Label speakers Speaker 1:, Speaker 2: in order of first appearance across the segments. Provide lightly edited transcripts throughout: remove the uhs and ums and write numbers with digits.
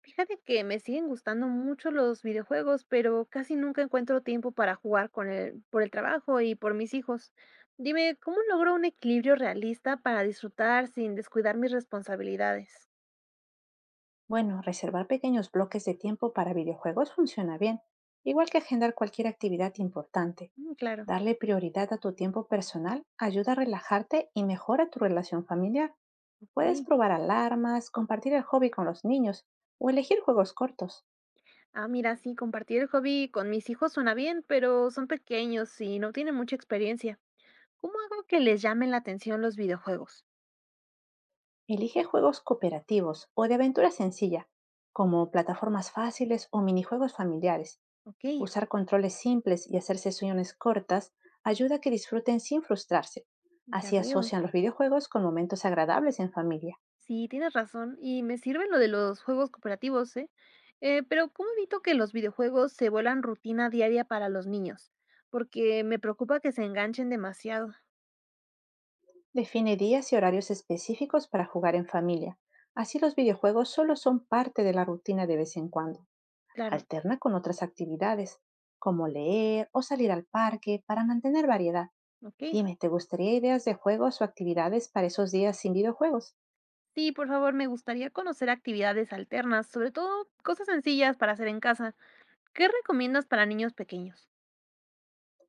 Speaker 1: Fíjate que me siguen gustando mucho los videojuegos, pero casi nunca encuentro tiempo para jugar con el, por el trabajo y por mis hijos. Dime, ¿cómo logro un equilibrio realista para disfrutar sin descuidar mis responsabilidades?
Speaker 2: Bueno, reservar pequeños bloques de tiempo para videojuegos funciona bien, igual que agendar cualquier actividad importante.
Speaker 1: Claro,
Speaker 2: Darle prioridad a tu tiempo personal ayuda a relajarte y mejora tu relación familiar.
Speaker 1: ok.
Speaker 2: Puedes probar alarmas, compartir el hobby con los niños o elegir juegos cortos.
Speaker 1: Ah, mira, sí, compartir el hobby con mis hijos suena bien, pero son pequeños y no tienen mucha experiencia. ¿Cómo hago que les llamen la atención los videojuegos?
Speaker 2: Elige juegos cooperativos o de aventura sencilla, como plataformas fáciles o minijuegos familiares.
Speaker 1: Ok,
Speaker 2: Usar controles simples y hacer sesiones cortas ayuda a que disfruten sin frustrarse.
Speaker 1: ya
Speaker 2: Así
Speaker 1: veo.
Speaker 2: asocian los videojuegos con momentos agradables en familia.
Speaker 1: Sí, tienes razón, y me sirven lo de los juegos cooperativos, ¿eh? Pero ¿cómo evito que los videojuegos se vuelan rutina diaria para los niños? Porque me preocupa que se enganchen demasiado.
Speaker 2: Define días y horarios específicos para jugar en familia. Así los videojuegos solo son parte de la rutina de vez en cuando.
Speaker 1: Claro,
Speaker 2: Alterna con otras actividades, como leer o salir al parque, para mantener variedad.
Speaker 1: ok.
Speaker 2: Dime, ¿te gustaría ideas de juegos o actividades para esos días sin videojuegos?
Speaker 1: Sí, por favor, me gustaría conocer actividades alternas, sobre todo cosas sencillas para hacer en casa. ¿Qué recomiendas para niños pequeños?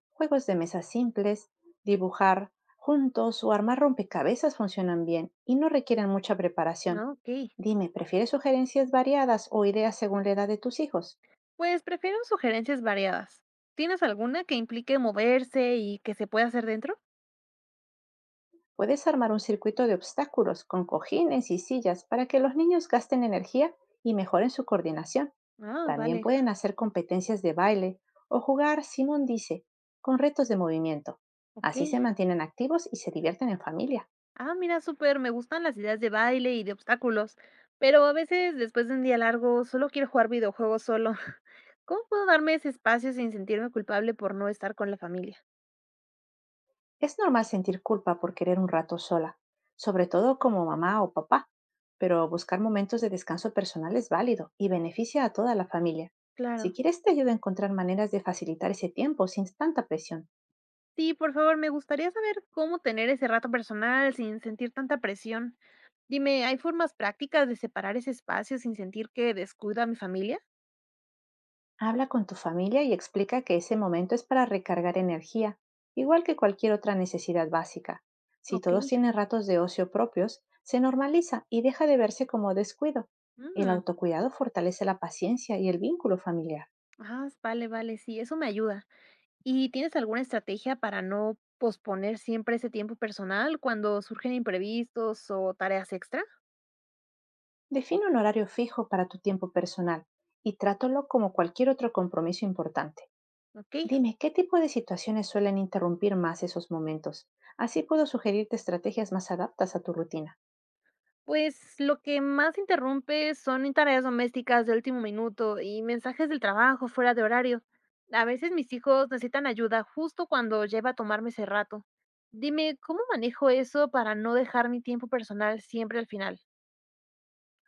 Speaker 2: Juegos de mesa simples, dibujar juntos o armar rompecabezas funcionan bien y no requieren mucha preparación.
Speaker 1: Ah, ok.
Speaker 2: Dime, ¿prefieres sugerencias variadas o ideas según la edad de tus hijos?
Speaker 1: Pues prefiero sugerencias variadas. ¿Tienes alguna que implique moverse y que se pueda hacer dentro?
Speaker 2: Puedes armar un circuito de obstáculos con cojines y sillas para que los niños gasten energía y mejoren su coordinación.
Speaker 1: Ah,
Speaker 2: También
Speaker 1: vale,
Speaker 2: pueden hacer competencias de baile o jugar, Simón dice, con retos de movimiento.
Speaker 1: ok.
Speaker 2: Así se mantienen activos y se divierten en familia.
Speaker 1: Ah, mira, súper, me gustan las ideas de baile y de obstáculos, pero a veces después de un día largo solo quiero jugar videojuegos solo. ¿Cómo puedo darme ese espacio sin sentirme culpable por no estar con la familia?
Speaker 2: Es normal sentir culpa por querer un rato sola, sobre todo como mamá o papá, pero buscar momentos de descanso personal es válido y beneficia a toda la familia. Si
Speaker 1: Claro.
Speaker 2: quieres te ayuda a encontrar maneras de facilitar ese tiempo sin tanta presión.
Speaker 1: Sí, por favor, me gustaría saber cómo tener ese rato personal sin sentir tanta presión. Dime, ¿hay formas prácticas de separar ese espacio sin sentir que descuido a mi familia?
Speaker 2: Habla con tu familia y explica que ese momento es para recargar energía, igual que cualquier otra necesidad básica. Si
Speaker 1: Ok.
Speaker 2: todos tienen ratos de ocio propios, se normaliza y deja de verse como descuido. El
Speaker 1: Mm,
Speaker 2: autocuidado fortalece la paciencia y el vínculo familiar.
Speaker 1: Ah, vale, vale, sí, eso me ayuda. ¿Y tienes alguna estrategia para no posponer siempre ese tiempo personal cuando surgen imprevistos o tareas extra?
Speaker 2: Define un horario fijo para tu tiempo personal y trátalo como cualquier otro compromiso importante.
Speaker 1: Ok,
Speaker 2: Dime, ¿qué tipo de situaciones suelen interrumpir más esos momentos? Así puedo sugerirte estrategias más adaptas a tu rutina.
Speaker 1: pues lo que más interrumpe son tareas domésticas de último minuto y mensajes del trabajo fuera de horario. A veces mis hijos necesitan ayuda justo cuando lleva a tomarme ese rato. Dime, ¿cómo manejo eso para no dejar mi tiempo personal siempre al final?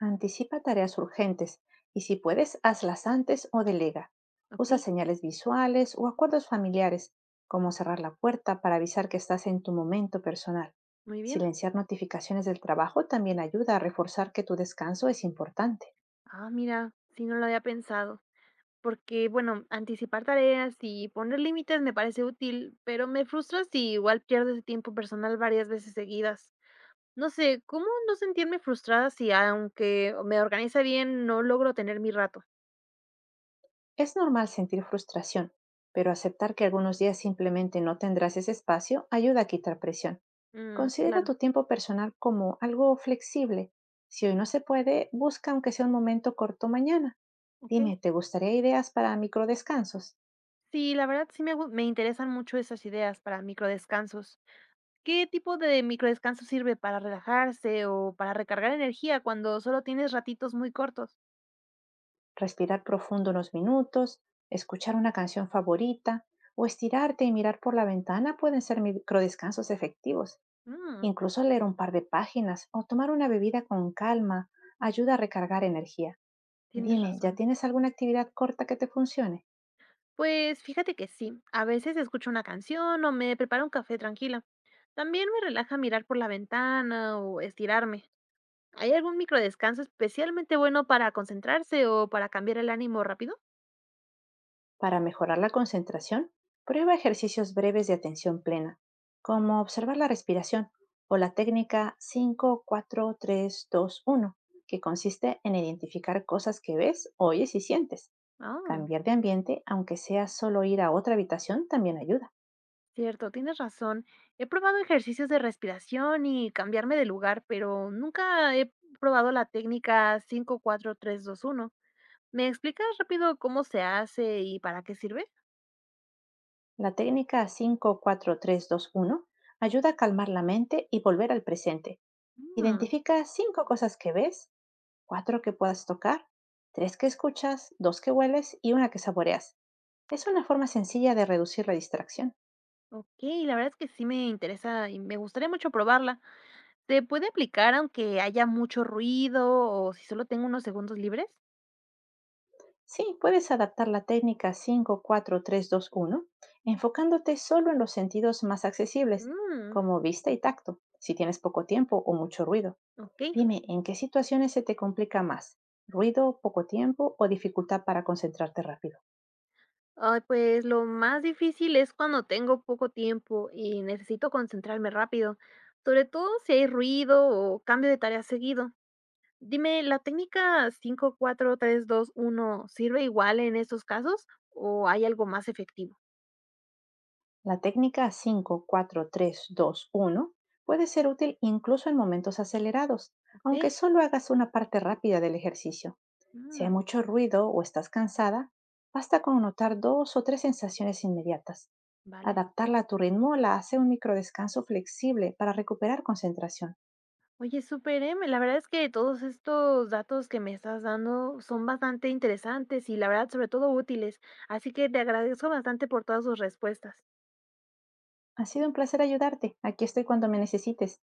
Speaker 2: Anticipa tareas urgentes y si puedes, hazlas antes o delega.
Speaker 1: Ok,
Speaker 2: Usa señales visuales o acuerdos familiares, como cerrar la puerta para avisar que estás en tu momento personal.
Speaker 1: muy bien.
Speaker 2: Silenciar notificaciones del trabajo también ayuda a reforzar que tu descanso es importante.
Speaker 1: Ah, mira, si no lo había pensado. Porque, bueno, anticipar tareas y poner límites me parece útil, pero me frustra si igual pierdo ese tiempo personal varias veces seguidas. No sé, ¿cómo no sentirme frustrada si aunque me organiza bien, no logro tener mi rato?
Speaker 2: Es normal sentir frustración, pero aceptar que algunos días simplemente no tendrás ese espacio ayuda a quitar presión. Considera
Speaker 1: Claro,
Speaker 2: tu tiempo personal como algo flexible. Si hoy no se puede, busca aunque sea un momento corto mañana.
Speaker 1: ok.
Speaker 2: Dime, ¿te gustaría ideas para microdescansos?
Speaker 1: Sí, la verdad sí me interesan mucho esas ideas para microdescansos. ¿Qué tipo de microdescanso sirve para relajarse o para recargar energía cuando solo tienes ratitos muy cortos?
Speaker 2: Respirar profundo unos minutos, escuchar una canción favorita o estirarte y mirar por la ventana pueden ser microdescansos efectivos.
Speaker 1: Mm,
Speaker 2: Incluso leer un par de páginas o tomar una bebida con calma ayuda a recargar energía.
Speaker 1: tienes
Speaker 2: Dime, ¿ya
Speaker 1: razón.
Speaker 2: tienes alguna actividad corta que te funcione?
Speaker 1: Pues fíjate que sí, a veces escucho una canción o me preparo un café tranquila. También me relaja mirar por la ventana o estirarme. ¿Hay algún microdescanso especialmente bueno para concentrarse o para cambiar el ánimo rápido?
Speaker 2: Para mejorar la concentración, prueba ejercicios breves de atención plena, como observar la respiración o la técnica 5, 4, 3, 2, 1, que consiste en identificar cosas que ves, oyes y sientes.
Speaker 1: Ah,
Speaker 2: Cambiar de ambiente, aunque sea solo ir a otra habitación, también ayuda.
Speaker 1: cierto, tienes razón. He probado ejercicios de respiración y cambiarme de lugar, pero nunca he probado la técnica 5-4-3-2-1. ¿Me explicas rápido cómo se hace y para qué sirve?
Speaker 2: La técnica 5, 4, 3, 2, 1 ayuda a calmar la mente y volver al presente.
Speaker 1: Mm.
Speaker 2: Identifica cinco cosas que ves, cuatro que puedas tocar, tres que escuchas, dos que hueles y una que saboreas. Es una forma sencilla de reducir la distracción.
Speaker 1: Okey, la verdad es que sí me interesa y me gustaría mucho probarla. ¿Se puede aplicar aunque haya mucho ruido o si solo tengo unos segundos libres?
Speaker 2: Sí, puedes adaptar la técnica cinco, cuatro, tres, dos, uno, enfocándote solo en los sentidos más accesibles,
Speaker 1: Mm,
Speaker 2: como vista y tacto, si tienes poco tiempo o mucho ruido.
Speaker 1: okey.
Speaker 2: Dime, ¿en qué situaciones se te complica más? ¿Ruido, poco tiempo o dificultad para concentrarte rápido?
Speaker 1: Ay, pues lo más difícil es cuando tengo poco tiempo y necesito concentrarme rápido, sobre todo si hay ruido o cambio de tarea seguido. Dime, ¿la técnica 5-4-3-2-1 sirve igual en esos casos o hay algo más efectivo?
Speaker 2: La técnica 5-4-3-2-1 puede ser útil incluso en momentos acelerados,
Speaker 1: Okey,
Speaker 2: aunque solo hagas una parte rápida del ejercicio. Si hay
Speaker 1: mm,
Speaker 2: mucho ruido o estás cansada, basta con notar dos o tres sensaciones inmediatas.
Speaker 1: vale.
Speaker 2: Adaptarla a tu ritmo la hace un microdescanso flexible para recuperar concentración.
Speaker 1: Oye, súper, ¿eh? La verdad es que todos estos datos que me estás dando son bastante interesantes y la verdad, sobre todo útiles. Así que te agradezco bastante por todas tus respuestas.
Speaker 2: Ha sido un placer ayudarte. Aquí estoy cuando me necesites.